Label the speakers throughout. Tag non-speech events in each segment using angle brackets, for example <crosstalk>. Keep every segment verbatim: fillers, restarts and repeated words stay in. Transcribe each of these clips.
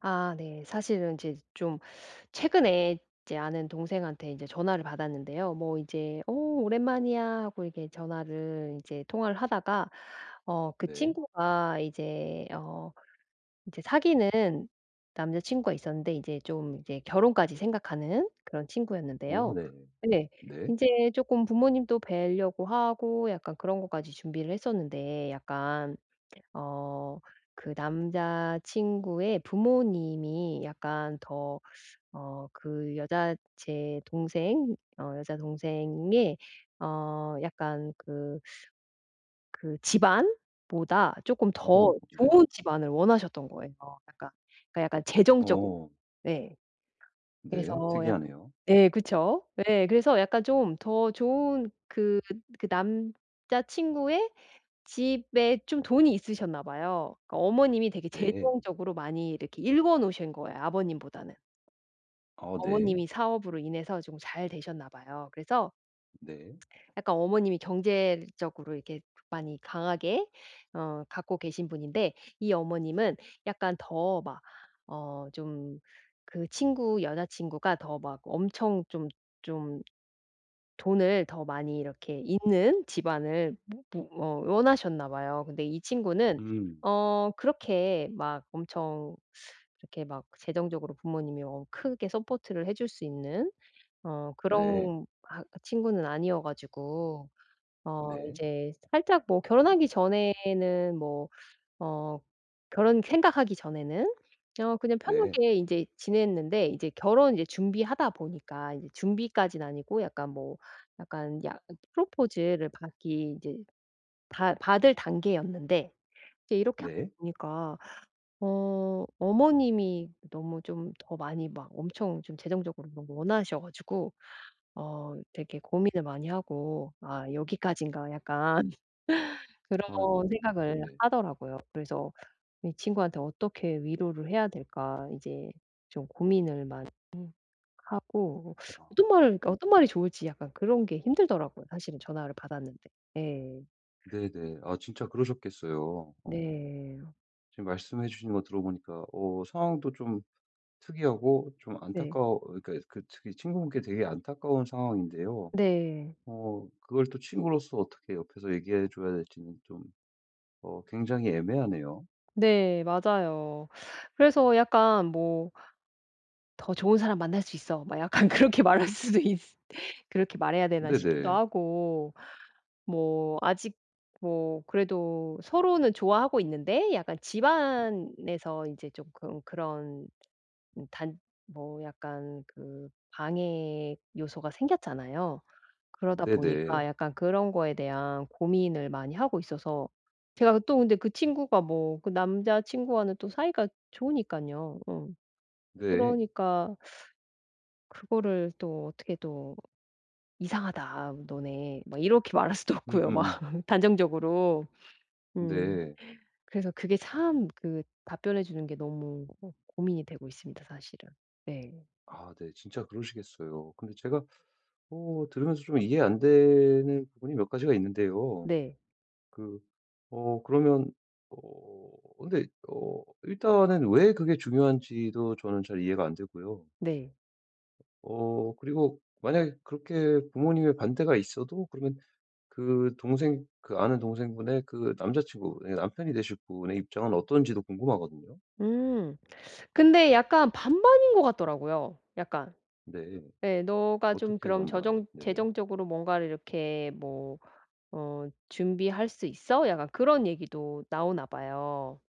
Speaker 1: 아 네. 사실은 이제 좀 최근에 이제 아는 동생한테 이제 전화를 받았는데요. 뭐 이제 오 오랜만이야." 하고 이렇게 전화를 이제 통화를 하다가 어 그
Speaker 2: 네.
Speaker 1: 친구가 이제 어 이제 사귀는 남자 친구가 있었는데 이제 좀 이제 결혼까지 생각하는 그런
Speaker 2: 어
Speaker 1: 친구였는데요.
Speaker 2: 네.
Speaker 1: 예.
Speaker 2: 네.
Speaker 1: 이제 조금 부모님도 뵈려고 하고 약간 그런 것까지 준비를 했었는데 약간 어 그 남자친구의 부모님이 약간 더 어 그 여자 제 동생 어 여자 동생의 어 약간 그 그 집안보다 조금
Speaker 2: 어
Speaker 1: 더
Speaker 2: 네.
Speaker 1: 좋은 집안을 원하셨던 거예요. 약간 그러니까 약간 재정적으로.
Speaker 2: 어
Speaker 1: 네.
Speaker 2: 네.
Speaker 1: 그래서 약
Speaker 2: 특이하네요.
Speaker 1: 예, 그쵸. 예. 그래서 약간 좀 더 좋은 그 그 남자친구의 집에 좀 돈이 있으셨나 봐요. 그러니까 어머님이 되게
Speaker 2: 네.
Speaker 1: 재정적으로 많이 이렇게 일궈 놓으신 거예요, 아버님보다는.
Speaker 2: 어 네.
Speaker 1: 어머님이 사업으로 인해서 좀 잘 되셨나 봐요. 그래서
Speaker 2: 네.
Speaker 1: 약간 어머님이 경제적으로 이렇게 많이 강하게 어 갖고 계신 분인데, 이 어머님은 약간 더 막 어 좀 그 친구 여자친구가 더 막 엄청 좀좀 돈을 더 많이 이렇게 있는 집안을 뭐 뭐 어 원하셨나 봐요. 근데 이 친구는
Speaker 2: 음.
Speaker 1: 어 그렇게 막 엄청 이렇게 막 재정적으로 부모님이 어 크게 서포트를 해줄 수 있는 어
Speaker 2: 네.
Speaker 1: 그런 아 친구는 아니어 가지고 어
Speaker 2: 네.
Speaker 1: 이제 살짝 뭐 결혼하기 전에는 뭐어 결혼 생각하기 전에는 어 그냥
Speaker 2: 네.
Speaker 1: 편하게 인제 지냈는데, 이제 결혼 이제 준비하다 보니까 이제 준비까지는 아니고 약간 뭐 약간 야 프로포즈를 받기 이제 다 받을 단계였는데 이제 이렇게 하다
Speaker 2: 네.
Speaker 1: 보니까 어 어머님이 너무 좀 더 많이 막 엄청 좀 재정적으로 너무 원하셔 가지고 어 되게 고민을 많이 하고 '아, 여기까지인가.' 약간 <laughs> 그런
Speaker 2: 아이고.
Speaker 1: 생각을
Speaker 2: 네네.
Speaker 1: 하더라고요. 그래서 이 친구한테 어떻게 위로를 해야 될까 이제 좀 고민을 많이 하고,
Speaker 2: 아
Speaker 1: 어떤 말을, 그러니까 어떤 말이 좋을지 약간 그런 게 힘들더라고요, 사실은 전화를 받았는데. 예.
Speaker 2: 네네. 아 진짜 그러셨겠어요. 어
Speaker 1: 네.
Speaker 2: 지금 말씀해 주시는 거 들어보니까 어 상황도 좀 특이하고 좀
Speaker 1: 네.
Speaker 2: 안타까워 그러니까 그 특히 친구분께 되게 안타까운 상황인데요.
Speaker 1: 네.
Speaker 2: 어 그걸 또 친구로서 어떻게 옆에서 얘기해 줘야 될지는 좀 어 굉장히 애매하네요.
Speaker 1: 네. 맞아요. 그래서 약간 뭐 "더 좋은 사람 만날 수 있어." 막 약간 <laughs> 그렇게 말할 수도 있 그렇게 말해야 되나 싶기도
Speaker 2: 네네.
Speaker 1: 하고 뭐 아직 뭐 그래도 서로는 좋아하고 있는데 약간 집안에서 인제 쪼끔 그런 음 단 뭐 약간 그 방해 요소가 생겼잖아요. 그러다 보니까
Speaker 2: 네네.
Speaker 1: 약간 그런 거에 대한 고민을 많이 하고 있어서 제가 또, 근데 그 친구가 뭐 그 남자 친구와는 또 사이가 좋으니까요, 어.
Speaker 2: 네.
Speaker 1: 그러니까 그거를 또 어떻게 또 "이상하다 너네." 막 이렇게 <laughs> 말할 수도 없고요, 막
Speaker 2: 음음음.
Speaker 1: <laughs> 단정적으로. 음.
Speaker 2: 네.
Speaker 1: 그래서 그게 참 그 답변해 주는 게 너무 어 고민이 되고 있습니다, 사실은. 네.
Speaker 2: 아 네. 진짜 그러시겠어요. 근데 제가 어 들으면서 좀 이해 안 되는 부분이 몇 가지가 있는데요.
Speaker 1: 네.
Speaker 2: 그 어 그러면 어 근데 어 일단은 왜 그게 중요한지도 저는 잘 이해가 안 되고요.
Speaker 1: 네.
Speaker 2: 어 그리고 만약에 그렇게 부모님의 반대가 있어도 그러면 그 동생 그 아는 동생분의 그 남자친구 예 남편이 되실 분의 입장은 어떤지도 궁금하거든요.
Speaker 1: 음. 근데 약간 반반인 것 같더라고요, 약간.
Speaker 2: 네.
Speaker 1: 예. "너가 좀
Speaker 2: 어떻게
Speaker 1: 그럼
Speaker 2: 반반?
Speaker 1: 저정
Speaker 2: 네네.
Speaker 1: 재정적으로 뭔가를 이렇게 뭐 어 준비할 수 있어?" 약간 그런 얘기도 나오나 봐요.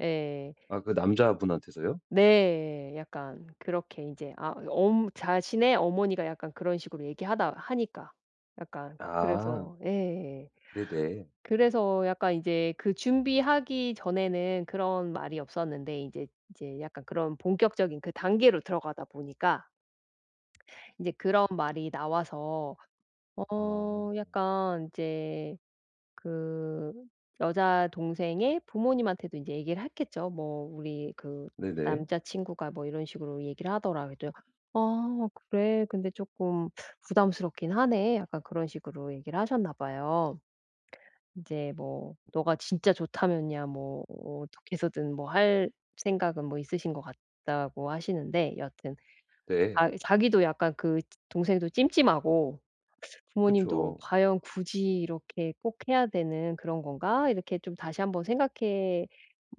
Speaker 1: 예.
Speaker 2: 아 그 남자분한테서요?
Speaker 1: 네. 약간 그렇게 인제 아 엄 자신의 어머니가 약간 그런 식으로 얘기하다 하니까. 약간
Speaker 2: 아
Speaker 1: 그래서 예.
Speaker 2: 네네.
Speaker 1: 그래서 약간 이제 그 준비하기 전에는 그런 말이 없었는데 인제 이제 약간 그런 본격적인 그 단계로 들어가다 보니까 이제 그런 말이 나와서
Speaker 2: 아
Speaker 1: 어 약간 이제 그 여자 동생의 부모님한테도 인제 얘기를 했겠죠. "뭐 우리 그
Speaker 2: 네네.
Speaker 1: 남자 친구가 뭐 이런 식으로 얘기를 하더라." 그랬더니 "아 그래? 근데 쪼끔 부담스럽긴 하네." 약간 그런 식으로 얘기를 하셨나 봐요. 인제 뭐 "너가 진짜 좋다면야 뭐 어떻게 해서든 뭐 할 생각은 뭐 있으신 것 같다."고 하시는데, 여하튼
Speaker 2: 네.
Speaker 1: 아 자기도 약간 그 동생도 찜찜하고 부모님도
Speaker 2: 그쵸.
Speaker 1: '과연 굳이 이렇게 꼭 해야 되는 그런 건가?' 이렇게 좀 다시 한번 생각해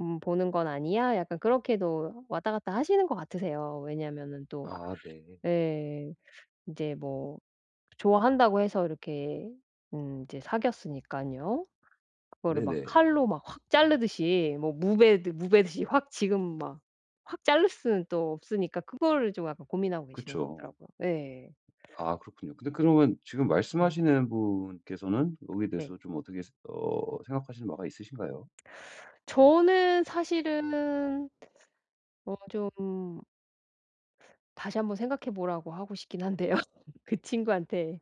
Speaker 1: 음 보는 건 아니야? 약간 그렇게도 왔다 갔다 하시는 것 같으세요. 왜냐하면은 또
Speaker 2: 아 네.
Speaker 1: 예, 인제 뭐 좋아한다고 해서 이렇게 음 이제 사귀었으니깐요. 그거를 막
Speaker 2: 네네.
Speaker 1: 칼로 막 확 자르듯이 뭐 무베드 무베듯이 확 지금 막 확 자를 수는 또 없으니까 그거를 좀 약간 고민하고 계시는 것
Speaker 2: 그쵸.
Speaker 1: 같더라고요. 예.
Speaker 2: 아 그렇군요. 근데 그러면 지금
Speaker 1: 음.
Speaker 2: 말씀하시는 분께서는 여기에
Speaker 1: 네.
Speaker 2: 대해서 좀 어떻게 어 생각하시는 바가 있으신가요?
Speaker 1: 저는 사실은 어 좀 다시 한번 생각해 보라고 하고 싶긴 한데요, <laughs> 그 친구한테.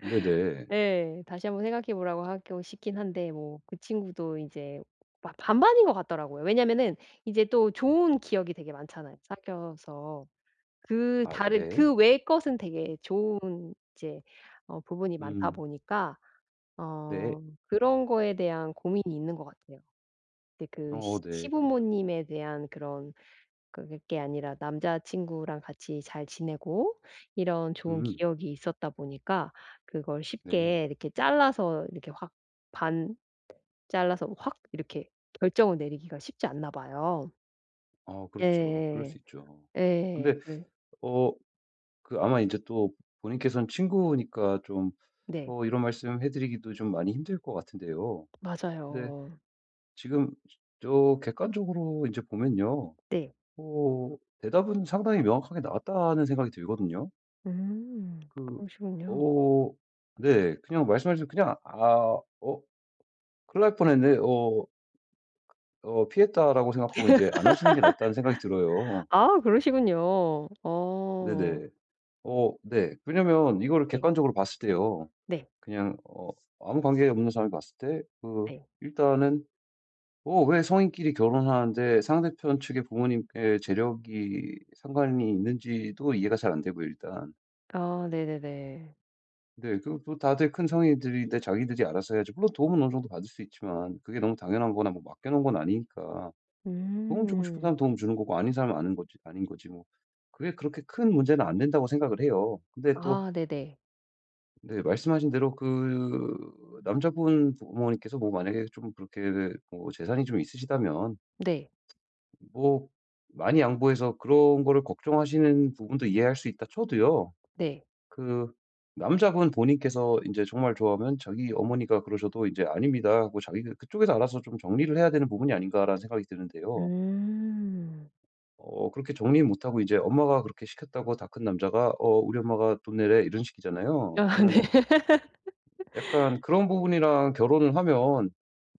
Speaker 2: 네네.
Speaker 1: 예. 다시 한번 생각해 보라고 하고 싶긴 한데 뭐 그 친구도 이제 바 반반인 것 같더라고요. 왜냐면은 이제 또 좋은 기억이 되게 많잖아요, 사귀어서. 그
Speaker 2: 아
Speaker 1: 다른
Speaker 2: 네.
Speaker 1: 그 외의 것은 되게 좋은 이제 어 부분이 많다
Speaker 2: 음.
Speaker 1: 보니까
Speaker 2: 네.
Speaker 1: 어 그런 거에 대한 고민이 있는 것 같아요. 근데 그
Speaker 2: 어
Speaker 1: 시
Speaker 2: 네. 그렇군
Speaker 1: 시부모님에 대한 그런 그게 아니라 남자친구랑 같이 잘 지내고 이런 좋은
Speaker 2: 음.
Speaker 1: 기억이 있었다 보니까 그걸
Speaker 2: 네.
Speaker 1: 쉽게 이렇게 잘라서 이렇게 확 반 잘라서 확 이렇게 결정을 내리기가 쉽지 않나 봐요.
Speaker 2: 아 그렇죠. 그럴
Speaker 1: 예예.
Speaker 2: 수 있죠.
Speaker 1: 예.
Speaker 2: 근데
Speaker 1: 그래
Speaker 2: 어 그 아마 이제 또 본인께서는 친구니까 좀
Speaker 1: 네.
Speaker 2: 어 이런 말씀 해 드리기도 좀 많이 힘들 것 같은데요. 근데
Speaker 1: 맞아요.
Speaker 2: 지금 저 객관적으로 이제 보면요.
Speaker 1: 네.
Speaker 2: 어 대답은 상당히 명확하게 나왔다는 생각이 들거든요.
Speaker 1: 음.
Speaker 2: 그
Speaker 1: 그러시군요.
Speaker 2: 어 네. 그냥 말씀하면 그냥 '아 어 큰일 날 뻔했네. 어 어 피했다.'라고 생각하고 이제 안 하시는 게 낫다는 생각이 들어요.
Speaker 1: 아 그러시군요. 어.
Speaker 2: 네네. 어 네. 왜냐면 이거를
Speaker 1: 네.
Speaker 2: 객관적으로 봤을 때요.
Speaker 1: 네.
Speaker 2: 그냥 어 아무 관계 없는 사람이 봤을 때 그
Speaker 1: 네.
Speaker 2: 일단은 '어 왜 성인끼리 결혼하는데 상대편 측의 부모님께 재력이 상관이 있는지도 이해가 잘 안 되고요 일단.
Speaker 1: 아 네네네.
Speaker 2: 네 그리고 또 다들 큰 성인들인데 자기들이 알아서 해야지 물론 도움은 어느 정도 받을 수 있지만 그게 너무 당연한 거나 뭐 맡겨 놓은 건 아니니까 도움 주고 싶은 사람
Speaker 1: 음.
Speaker 2: 도움 주는 거고 아닌 사람은 아닌 거지 아닌 거지 뭐 그게 그렇게 큰 문제는 안 된다고 생각을 해요. 근데 또
Speaker 1: 아 네네.
Speaker 2: 네. 말씀하신 대로 그 남자분 부모님께서 뭐 만약에 좀 그렇게 뭐 재산이 좀 있으시다면
Speaker 1: 네.
Speaker 2: 뭐 많이 양보해서 그런 거를 걱정하시는 부분도 이해할 수 있다 쳐도요.
Speaker 1: 네.
Speaker 2: 그 남자분 본인께서 이제 정말 좋아하면 자기 어머니가 그러셔도 이제 "아닙니다." 하고 자기 그쪽에서 알아서 좀 정리를 해야 되는 부분이 아닌가라는 생각이 드는데요.
Speaker 1: 음.
Speaker 2: 어 그렇게 정리 못 하고 이제 엄마가 그렇게 시켰다고 다 큰 남자가 "어 우리 엄마가 돈 내래." 이런
Speaker 1: <laughs>
Speaker 2: 식이잖아요.
Speaker 1: 아
Speaker 2: 그러면
Speaker 1: 네.
Speaker 2: 약간 그런 부분이랑 결혼을 하면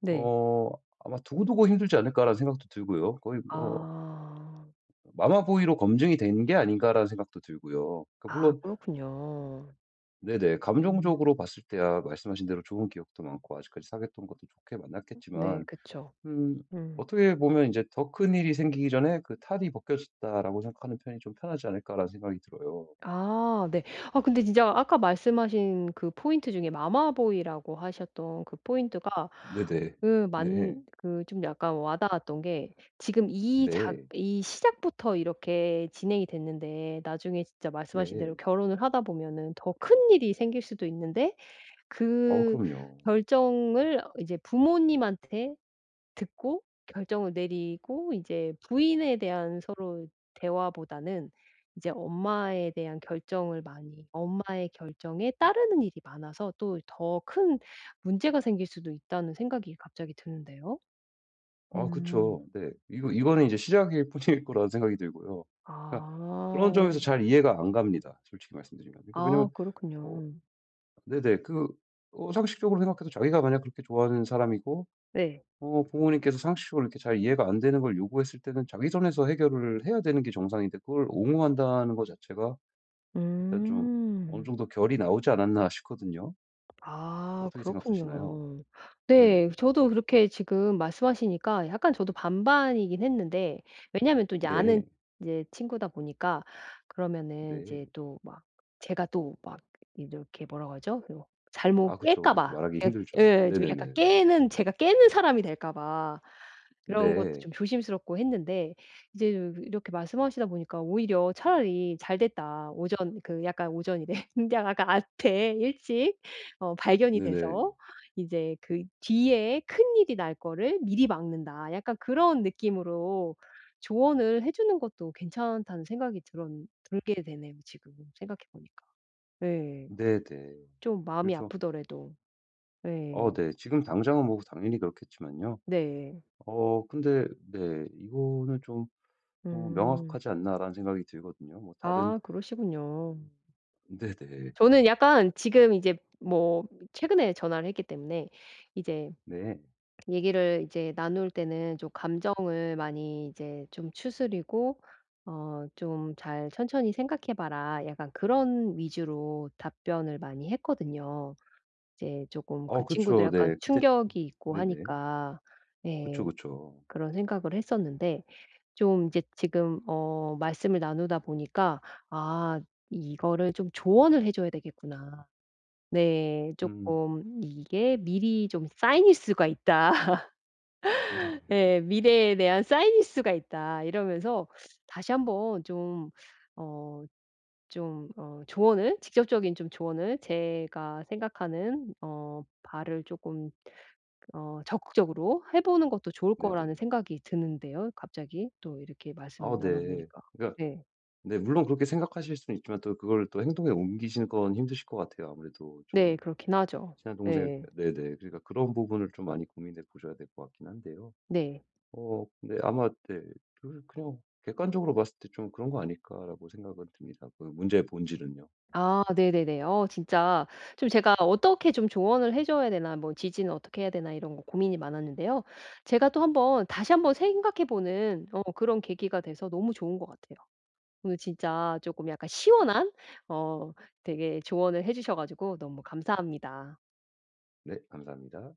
Speaker 1: 네.
Speaker 2: 어 아마 '두고두고 힘들지 않을까.'라는 생각도 들고요. 거의 뭐
Speaker 1: 아.
Speaker 2: '마마보이로 검증이 된 게 아닌가.'라는 생각도 들고요. 그러니까
Speaker 1: 아
Speaker 2: 물론
Speaker 1: 그렇군요.
Speaker 2: 네네
Speaker 1: 음.
Speaker 2: 감정적으로 봤을 때야 말씀하신 대로 좋은 기억도 많고 아직까지 사귀었던 것도 좋게
Speaker 1: 네
Speaker 2: 만났겠지만
Speaker 1: 그쵸.
Speaker 2: 음
Speaker 1: 음.
Speaker 2: 어떻게 보면 이제 '더 큰 일이 생기기 전에 그 탈이 벗겨졌다.'라고 생각하는 편이 좀 편하지 않을까라는 생각이 들어요.
Speaker 1: 아 네. 아 근데 진짜 아까 말씀하신 그 포인트 중에 마마보이라고 하셨던 그 포인트가
Speaker 2: 네네.
Speaker 1: 그
Speaker 2: 네.
Speaker 1: 만 그 좀 약간 와 닿았던 게 지금 이 작
Speaker 2: 네.
Speaker 1: 이 시작부터 이렇게 진행이 됐는데 나중에 진짜 말씀하신 대로
Speaker 2: 네.
Speaker 1: 결혼을 하다 보면은 더 큰일이 생길 수도 있는데
Speaker 2: 어
Speaker 1: 그
Speaker 2: 그럼요.
Speaker 1: 결정을 어 이제 부모님한테 듣고 결정을 내리고 이제 부인에 대한 서로 대화보다는 이제 엄마에 대한 결정을 많이 엄마의 결정에 따르는 일이 많아서 또 더 큰 문제가 생길 수도 있다는 생각이 갑자기 드는데요.
Speaker 2: 아
Speaker 1: 음.
Speaker 2: 그쵸. 네. 이거 이거는
Speaker 1: 그렇군요.
Speaker 2: 이제 시작일 뿐일 거라는 생각이 들고요. 그러니까 그런
Speaker 1: 아.
Speaker 2: 점에서 잘 이해가 안 갑니다, 솔직히 말씀드리면. 그러니까
Speaker 1: 아
Speaker 2: 왜냐면 어
Speaker 1: 그렇군요.
Speaker 2: 네네. 그 어 상식적으로 생각해도 자기가 만약 그렇게 좋아하는 사람이고
Speaker 1: 네.
Speaker 2: 어 부모님께서 상식적으로 이렇게 잘 이해가 안 되는 걸 요구했을 때는 자기 선에서 해결을 해야 되는 게 정상인데 그걸 옹호한다는 거 자체가 일단 좀 어느
Speaker 1: 음.
Speaker 2: 정도 결이 나오지 않았나 싶거든요.
Speaker 1: 아
Speaker 2: 어떻게 생각하시나요?
Speaker 1: 그렇군요.
Speaker 2: 네네.
Speaker 1: 네. 저도 그렇게 지금 말씀하시니까 약간 저도 반반이긴 했는데 왜냐하면 또 이제 아는
Speaker 2: 네.
Speaker 1: 이제 친구다 보니까 그러면은
Speaker 2: 네.
Speaker 1: 이제 또 막 제가 또 막 이렇게 뭐라고 하죠? 요 잘못
Speaker 2: 아 그쵸.
Speaker 1: 깰까
Speaker 2: 그렇게
Speaker 1: 봐,
Speaker 2: 말하기 힘들죠.
Speaker 1: 예. 좀 약간
Speaker 2: 네네네네.
Speaker 1: 깨는 제가 깨는 사람이 될까 봐 그런 것도
Speaker 2: 네.
Speaker 1: 좀 조심스럽고 했는데, 이제 이렇게 말씀하시다 보니까 오히려 차라리 '잘 됐다. 오전' 그 약간 오전이래. 근데 약간 앞에 <laughs> 일찍 어 발견이
Speaker 2: 네네.
Speaker 1: 돼서 이제 그 뒤에 큰일이 날 거를 미리 막는다.' 약간 그런 느낌으로 조언을 해 주는 것도 괜찮다는 생각이 들었 들게 되네요, 지금 생각해 보니까. 예.
Speaker 2: 네네.
Speaker 1: 좀 마음이
Speaker 2: 그래서
Speaker 1: 아프더라도.
Speaker 2: 어
Speaker 1: 예.
Speaker 2: 네 지금 당장은 뭐 당연히 그렇겠지만요.
Speaker 1: 네.
Speaker 2: 어 근데 네 이거는 좀 어
Speaker 1: 음.
Speaker 2: '명확하지 않나.'라는 생각이 들거든요. 뭐 다른
Speaker 1: 아 그러시군요.
Speaker 2: <laughs> 네네.
Speaker 1: 저는 약간 지금 이제 뭐 최근에 전화를 했기 때문에 이제
Speaker 2: 네.
Speaker 1: 얘기를 이제 나눌 때는 좀 감정을 많이 이제 좀 추스리고 어 좀 "잘 천천히 생각해 봐라." 약간 그런 위주로 답변을 많이 했거든요. 이제 쪼금
Speaker 2: 어
Speaker 1: 그 친구도
Speaker 2: 그쵸.
Speaker 1: 약간
Speaker 2: 네. 그때
Speaker 1: 충격이 있고
Speaker 2: 네네.
Speaker 1: 하니까
Speaker 2: 그쵸,
Speaker 1: 예
Speaker 2: 그쵸.
Speaker 1: 그런 생각을 했었는데 좀 이제 지금 어 말씀을 나누다 보니까 '아, 이거를 좀 조언을 해 줘야 되겠구나.' 네.
Speaker 2: 음.
Speaker 1: 쪼끔 이게 '미리 좀 쌓이일 수가 있다.
Speaker 2: <laughs> 네.
Speaker 1: <laughs> 예. 미래에 대한 쌓이일 수가 있다.' 이러면서 다시 한번 좀 어 좀 어 조언을, 직접적인 좀 조언을, 제가 생각하는 어 바를 쪼끔 어 적극적으로 해 보는 것도 좋을 거라는
Speaker 2: 네네.
Speaker 1: 생각이 드는데요, 갑자기 또 이렇게 말씀
Speaker 2: 아
Speaker 1: 나눠
Speaker 2: 네.
Speaker 1: 보니까.
Speaker 2: 그러니까
Speaker 1: 네.
Speaker 2: 네 물론 그렇게 생각하실 수는 있지만 또 그걸 또 행동에 옮기시는 건 힘드실 것 같아요. 아무래도 좀
Speaker 1: 네. 그렇긴 하죠.
Speaker 2: 친한 동생
Speaker 1: 예.
Speaker 2: 네네. 그러니까 그런 부분을 좀 많이 고민해 보셔야 될 것 같긴 한데요.
Speaker 1: 네.
Speaker 2: 어 근데 아마 네 그 그냥 객관적으로 봤을 때 좀 그런 거 아닐까라고 생각은 듭니다. 그 문제의 본질은요.
Speaker 1: 아 네네네. 어 진짜 좀 제가 어떻게 좀 조언을 해 줘야 되나 뭐 지지는 어떻게 해야 되나 이런 거 고민이 많았는데요. 제가 또 한번 다시 한번 생각해 보는 어 그런 계기가 돼서 너무 좋은 것 같아요. 오늘 진짜 쪼끔 약간 시원한 어 되게 조언을 해 주셔 가지고 너무 감사합니다.
Speaker 2: 네 감사합니다.